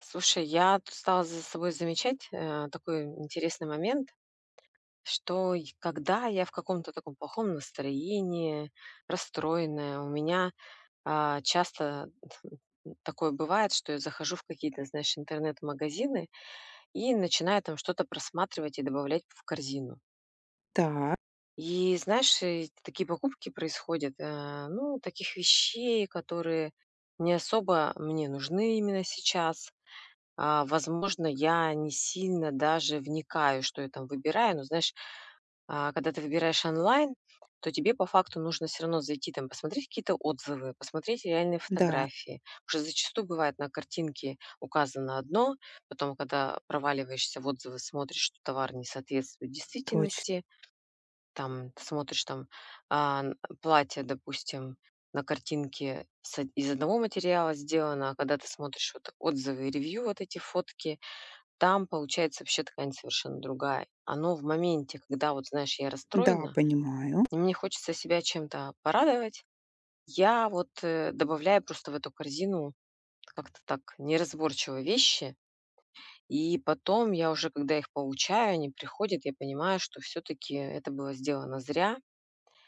Слушай, я тут стала за собой замечать, такой интересный момент, что и когда я в каком-то таком плохом настроении, расстроенная, у меня, часто такое бывает, что я захожу в какие-то, знаешь, интернет-магазины и начинаю там что-то просматривать и добавлять в корзину. Да, И знаешь, и такие покупки происходят, ну, таких вещей, которые не особо мне нужны именно сейчас. Возможно, я не сильно даже вникаю, что я там выбираю. Но знаешь, когда ты выбираешь онлайн, то тебе по факту нужно все равно зайти там, посмотреть какие-то отзывы, посмотреть реальные да, фотографии. Уже зачастую бывает на картинке указано одно, потом, когда проваливаешься в отзывы, смотришь, что товар не соответствует точно. действительности. Там ты смотришь там, а, н платье, допустим, на картинке с од из одного материала сделано, а когда ты смотришь вот отзывы и ревью, вот эти фотки, там получается вообще ткань совершенно другая. Оно в моменте, когда вот, знаешь, я Да, расстроена, понимаю. и мне хочется себя чем-то порадовать, я вот добавляю просто в эту корзину как-то так неразборчиво вещи, и потом я уже, когда их получаю, они приходят, я понимаю, что все-таки это было сделано зря,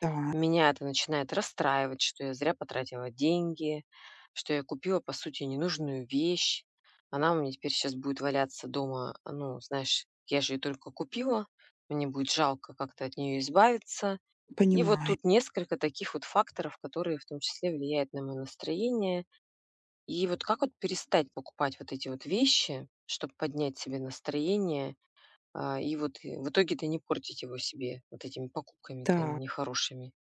Да, меня это начинает расстраивать, что я зря потратила деньги, что я купила, по сути, ненужную вещь. Она у меня теперь сейчас будет валяться дома. Ну, знаешь, я же ее только купила, мне будет жалко как-то от нее избавиться. И вот понимаю. тут несколько таких вот факторов, которые в том числе влияют на мое настроение. И вот как вот перестать покупать вот эти вот вещи, чтобы поднять себе настроение, в итоге-то не портить его себе вот этими покупками-то Да. нехорошими.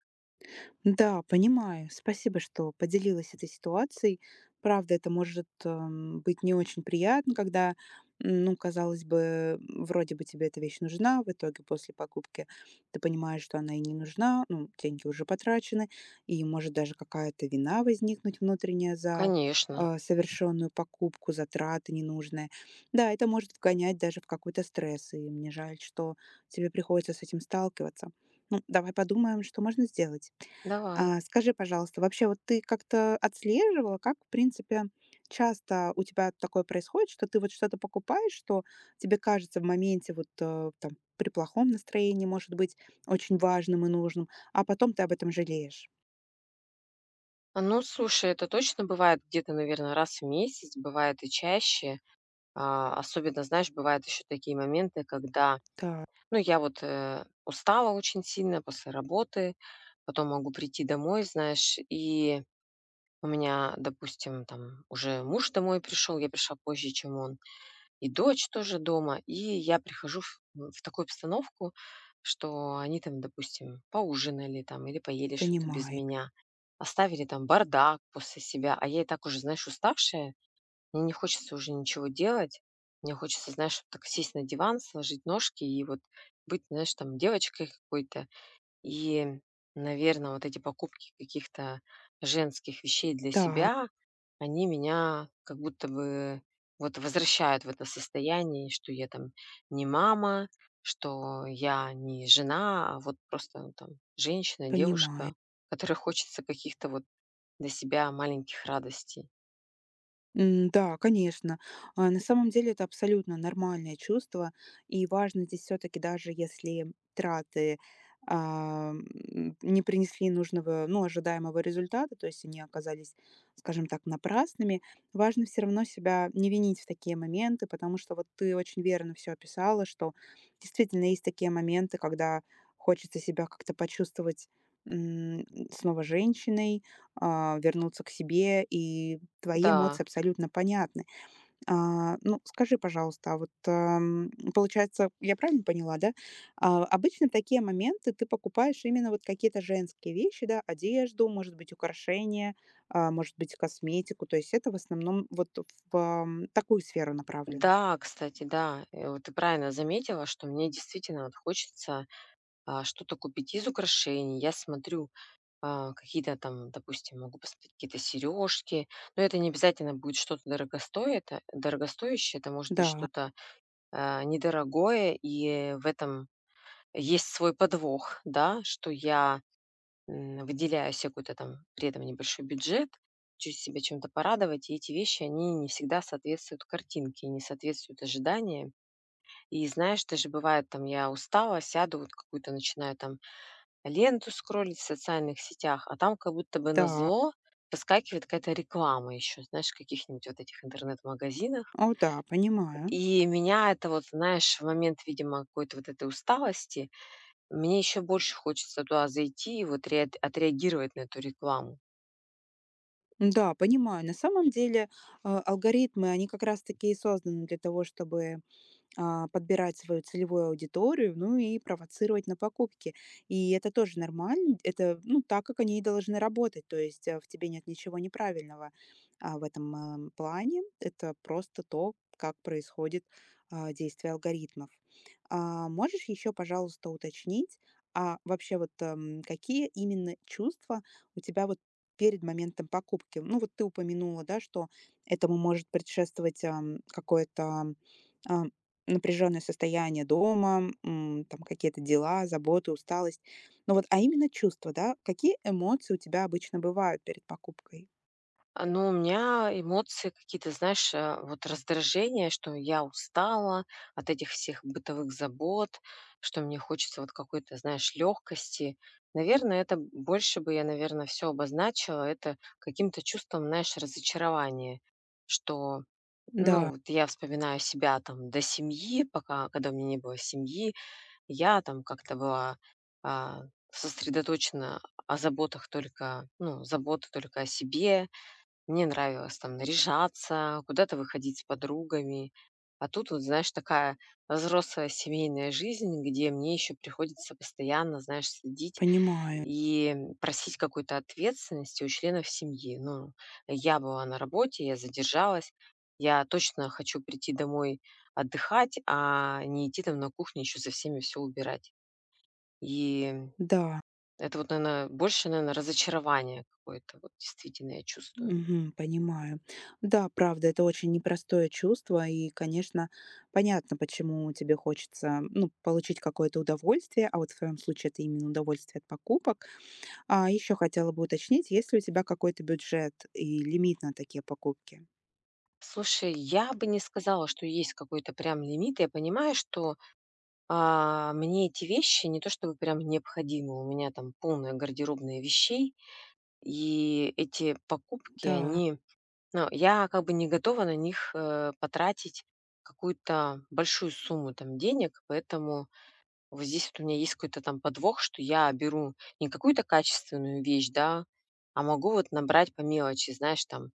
Да, понимаю. Спасибо, что поделилась этой ситуацией. Правда, это может быть не очень приятно, когда, ну, казалось бы, вроде бы тебе эта вещь нужна, в итоге после покупки ты понимаешь, что она и не нужна, ну, деньги уже потрачены, и может даже какая-то вина возникнуть внутренняя за Конечно. Совершенную покупку, затраты ненужные. Да, это может вгонять даже в какой-то стресс, и мне жаль, что тебе приходится с этим сталкиваться. Ну, давай подумаем, что можно сделать. Давай. Скажи, пожалуйста, вообще вот ты как-то отслеживала, как, в принципе, часто у тебя такое происходит, что ты вот что-то покупаешь, что тебе кажется в моменте вот, там при плохом настроении может быть очень важным и нужным, а потом ты об этом жалеешь? Ну, слушай, это точно бывает где-то, наверное, раз в месяц, бывает и чаще. Особенно, знаешь, бывают еще такие моменты, когда, Так, ну, я вот, устала очень сильно после работы, потом могу прийти домой, знаешь, и у меня, допустим, там уже муж домой пришел, я пришла позже, чем он. И дочь тоже дома. И я прихожу в такую обстановку, что они там, допустим, поужинали там или поели что-то без понимаю. меня, оставили там бардак после себя, а я и так уже, знаешь, уставшая, мне не хочется уже ничего делать. Мне хочется, знаешь, вот так сесть на диван, сложить ножки и вот быть, знаешь, там девочкой какой-то, и, наверное, вот эти покупки каких-то женских вещей для Так, себя, они меня как будто бы вот возвращают в это состояние, что я там не мама, что я не жена, а вот просто, ну, там женщина, понимаю. девушка, которой хочется каких-то вот для себя маленьких радостей. Да, конечно. На самом деле это абсолютно нормальное чувство, и важно здесь все таки даже если траты, не принесли нужного, ну, ожидаемого результата, то есть они оказались, скажем так, напрасными, важно все равно себя не винить в такие моменты, потому что вот ты очень верно все описала, что действительно есть такие моменты, когда хочется себя как-то почувствовать, м, снова женщиной, вернуться к себе. И твои эмоции Да, абсолютно понятны. Ну, скажи, пожалуйста, а вот, получается, я правильно поняла, да? А, обычно такие моменты ты покупаешь именно вот какие-то женские вещи, да, одежду, может быть, украшения, а, может быть, косметику. То есть это в основном вот в, такую сферу направлено. да, кстати, да. Вот ты правильно заметила, что мне действительно вот хочется, что-то купить из украшений. Я смотрю какие-то там, допустим, могу посмотреть какие-то сережки, но это не обязательно будет что-то дорогостоящее, это может быть Да, что-то недорогое, и в этом есть свой подвох, да, что я выделяю себе какой-то там при этом небольшой бюджет, хочу себя чем-то порадовать, и эти вещи, они не всегда соответствуют картинке, не соответствуют ожиданиям. И знаешь, даже бывает, там я устала, сяду, вот какую-то начинаю там ленту скроллить в социальных сетях, а там как будто бы да. назло выскакивает какая-то реклама еще, знаешь, в каких-нибудь вот этих интернет-магазинах. О, да, понимаю. И меня это вот, знаешь, в момент, видимо, какой-то вот этой усталости, мне еще больше хочется туда зайти и вот отреагировать на эту рекламу. Да, понимаю. На самом деле, алгоритмы, они как раз таки и созданы для того, чтобы подбирать свою целевую аудиторию, ну и провоцировать на покупки. И это тоже нормально, это, ну, так, как они и должны работать, то есть в тебе нет ничего неправильного в этом плане, это просто то, как происходит действие алгоритмов. Можешь еще, пожалуйста, уточнить, а вообще вот какие именно чувства у тебя вот перед моментом покупки? Ну вот ты упомянула, да, что этому может предшествовать какое-то ам, Напряженное состояние дома, там какие-то дела, заботы, усталость. Ну вот, а именно чувства, да? Какие эмоции у тебя обычно бывают перед покупкой? Ну, у меня эмоции какие-то, знаешь, вот раздражение, что я устала от этих всех бытовых забот, что мне хочется вот какой-то, знаешь, легкости. Наверное, это больше бы я, наверное, все обозначила это каким-то чувством, знаешь, разочарования, что, ну, Да, вот я вспоминаю себя там до семьи, пока, когда у меня не было семьи, я там как-то была а, сосредоточена о заботах только, ну, забота только о себе, мне нравилось там наряжаться, куда-то выходить с подругами. А тут вот, знаешь, такая взрослая семейная жизнь, где мне еще приходится постоянно, знаешь, следить понимаю. и просить какой-то ответственности у членов семьи. Ну, я была на работе, я задержалась, я точно хочу прийти домой отдыхать, а не идти там на кухне еще за всеми все убирать. И Да, это вот, наверное, больше, наверное, разочарование какое-то, вот действительно я чувствую. мгм, понимаю. Да, правда, это очень непростое чувство, и, конечно, понятно, почему тебе хочется, ну, получить какое-то удовольствие, а вот в твоем случае это именно удовольствие от покупок. А еще хотела бы уточнить, есть ли у тебя какой-то бюджет и лимит на такие покупки? Слушай, я бы не сказала, что есть какой-то прям лимит. Я понимаю, что, мне эти вещи не то чтобы прям необходимы. У меня там полная гардеробная вещей, и эти покупки, Да, они ну, я как бы не готова на них, потратить какую-то большую сумму там денег, поэтому вот здесь вот у меня есть какой-то там подвох, что я беру не какую-то качественную вещь, да, а могу вот набрать по мелочи, знаешь, там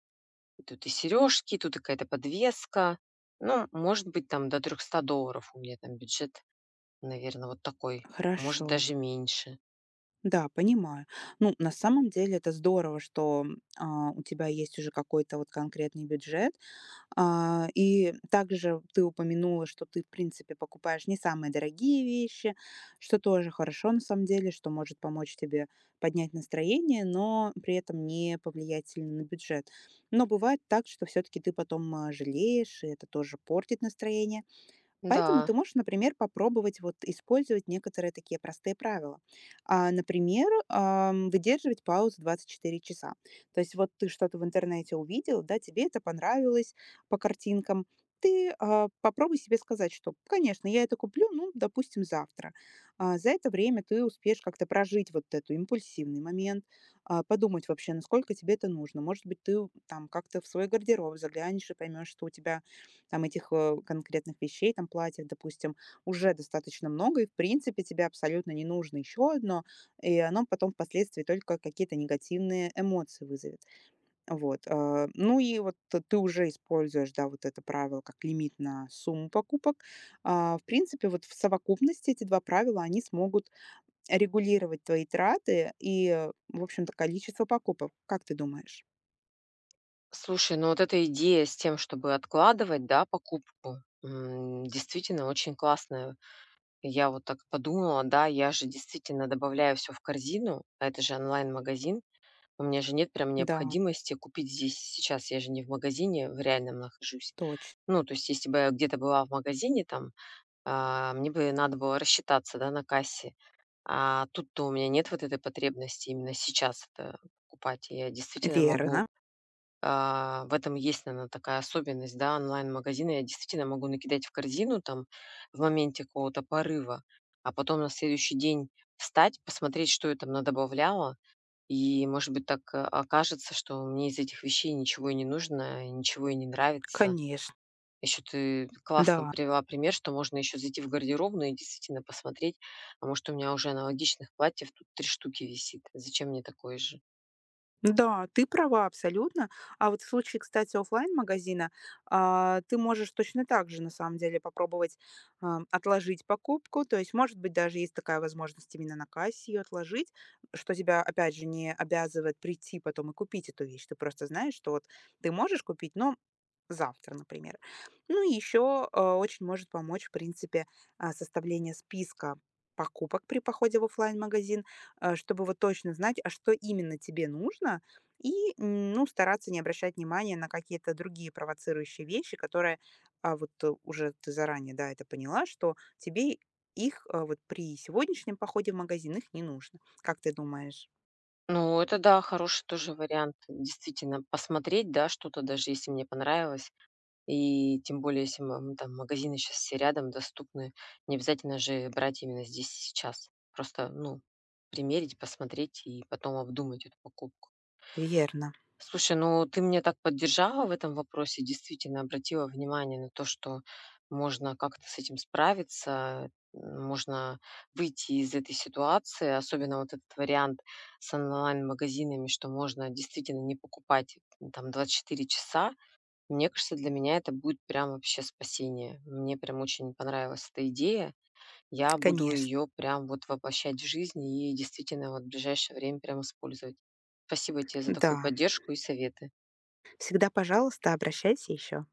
Тут и сережки, тут и какая-то подвеска. Ну, может быть, там до $300 у меня там бюджет, наверное, вот такой. Может, хорошо. даже меньше. Да, понимаю. Ну, на самом деле это здорово, что у тебя есть уже какой-то вот конкретный бюджет. И также ты упомянула, что ты, в принципе, покупаешь не самые дорогие вещи, что тоже хорошо на самом деле, что может помочь тебе поднять настроение, но при этом не повлиять сильно на бюджет. Но бывает так, что все-таки ты потом жалеешь, и это тоже портит настроение. Поэтому Да. ты можешь, например, попробовать вот использовать некоторые такие простые правила. Например, выдерживать паузу 24 часа. То есть вот ты что-то в интернете увидел, да, тебе это понравилось по картинкам, ты попробуй себе сказать, что, конечно, я это куплю, ну, допустим, завтра. За это время ты успеешь как-то прожить вот эту импульсивный момент, подумать вообще, насколько тебе это нужно. Может быть, ты там как-то в свой гардероб заглянешь и поймешь, что у тебя там этих, конкретных вещей, там платьев, допустим, уже достаточно много, и в принципе тебе абсолютно не нужно еще одно, и оно потом впоследствии только какие-то негативные эмоции вызовет. Вот, ну и вот ты уже используешь, да, вот это правило как лимит на сумму покупок. В принципе, вот в совокупности эти 2 правила, они смогут регулировать твои траты и, в общем-то, количество покупок. Как ты думаешь? Слушай, ну вот эта идея с тем, чтобы откладывать, да, покупку, действительно очень классная. Я вот так подумала, да, я же действительно добавляю все в корзину, а это же онлайн-магазин. У меня же нет прям Да, необходимости купить здесь сейчас. Я же не в магазине в реальном нахожусь. точно. Ну, то есть, если бы я где-то была в магазине, там, мне бы надо было рассчитаться, да, на кассе. А тут-то у меня нет вот этой потребности именно сейчас это покупать. И я действительно могу Верно, в этом есть, наверное, такая особенность, да, онлайн-магазина. Я действительно могу накидать в корзину там в моменте какого-то порыва, а потом на следующий день встать, посмотреть, что я там надобавляла. И, может быть, так окажется, что мне из этих вещей ничего и не нужно, и ничего и не нравится. конечно, Еще ты классно да. привела пример, что можно еще зайти в гардеробную и действительно посмотреть, а может, у меня уже аналогичных платьев тут 3 штуки висит. Зачем мне такое же? Да, ты права абсолютно. А вот в случае, кстати, оффлайн-магазина, ты можешь точно так же, на самом деле, попробовать, отложить покупку. То есть, может быть, даже есть такая возможность именно на кассе ее отложить, что тебя, опять же, не обязывает прийти потом и купить эту вещь. Ты просто знаешь, что вот ты можешь купить, но завтра, например. Ну и еще очень может помочь, в принципе, составление списка покупок при походе в оффлайн-магазин, чтобы вот точно знать, а что именно тебе нужно, и ну, стараться не обращать внимания на какие-то другие провоцирующие вещи, которые уже ты заранее, да, это поняла, что тебе их вот при сегодняшнем походе в магазин их не нужно. Как ты думаешь? Ну, это да, хороший тоже вариант. Действительно, посмотреть, да, что-то, даже если мне понравилось. И тем более, если там магазины сейчас все рядом доступны, не обязательно же брать именно здесь и сейчас. Просто, ну, примерить, посмотреть и потом обдумать эту покупку. Верно, Слушай, ну ты меня так поддержала в этом вопросе, действительно обратила внимание на то, что можно как-то с этим справиться, можно выйти из этой ситуации, особенно вот этот вариант с онлайн-магазинами, что можно действительно не покупать там 24 часа. Мне кажется, для меня это будет прям вообще спасение. Мне прям очень понравилась эта идея. Я буду конечно. ее прям вот воплощать в жизнь и действительно вот в ближайшее время прям использовать. Спасибо тебе за такую Да. поддержку и советы. Всегда, пожалуйста, обращайся еще.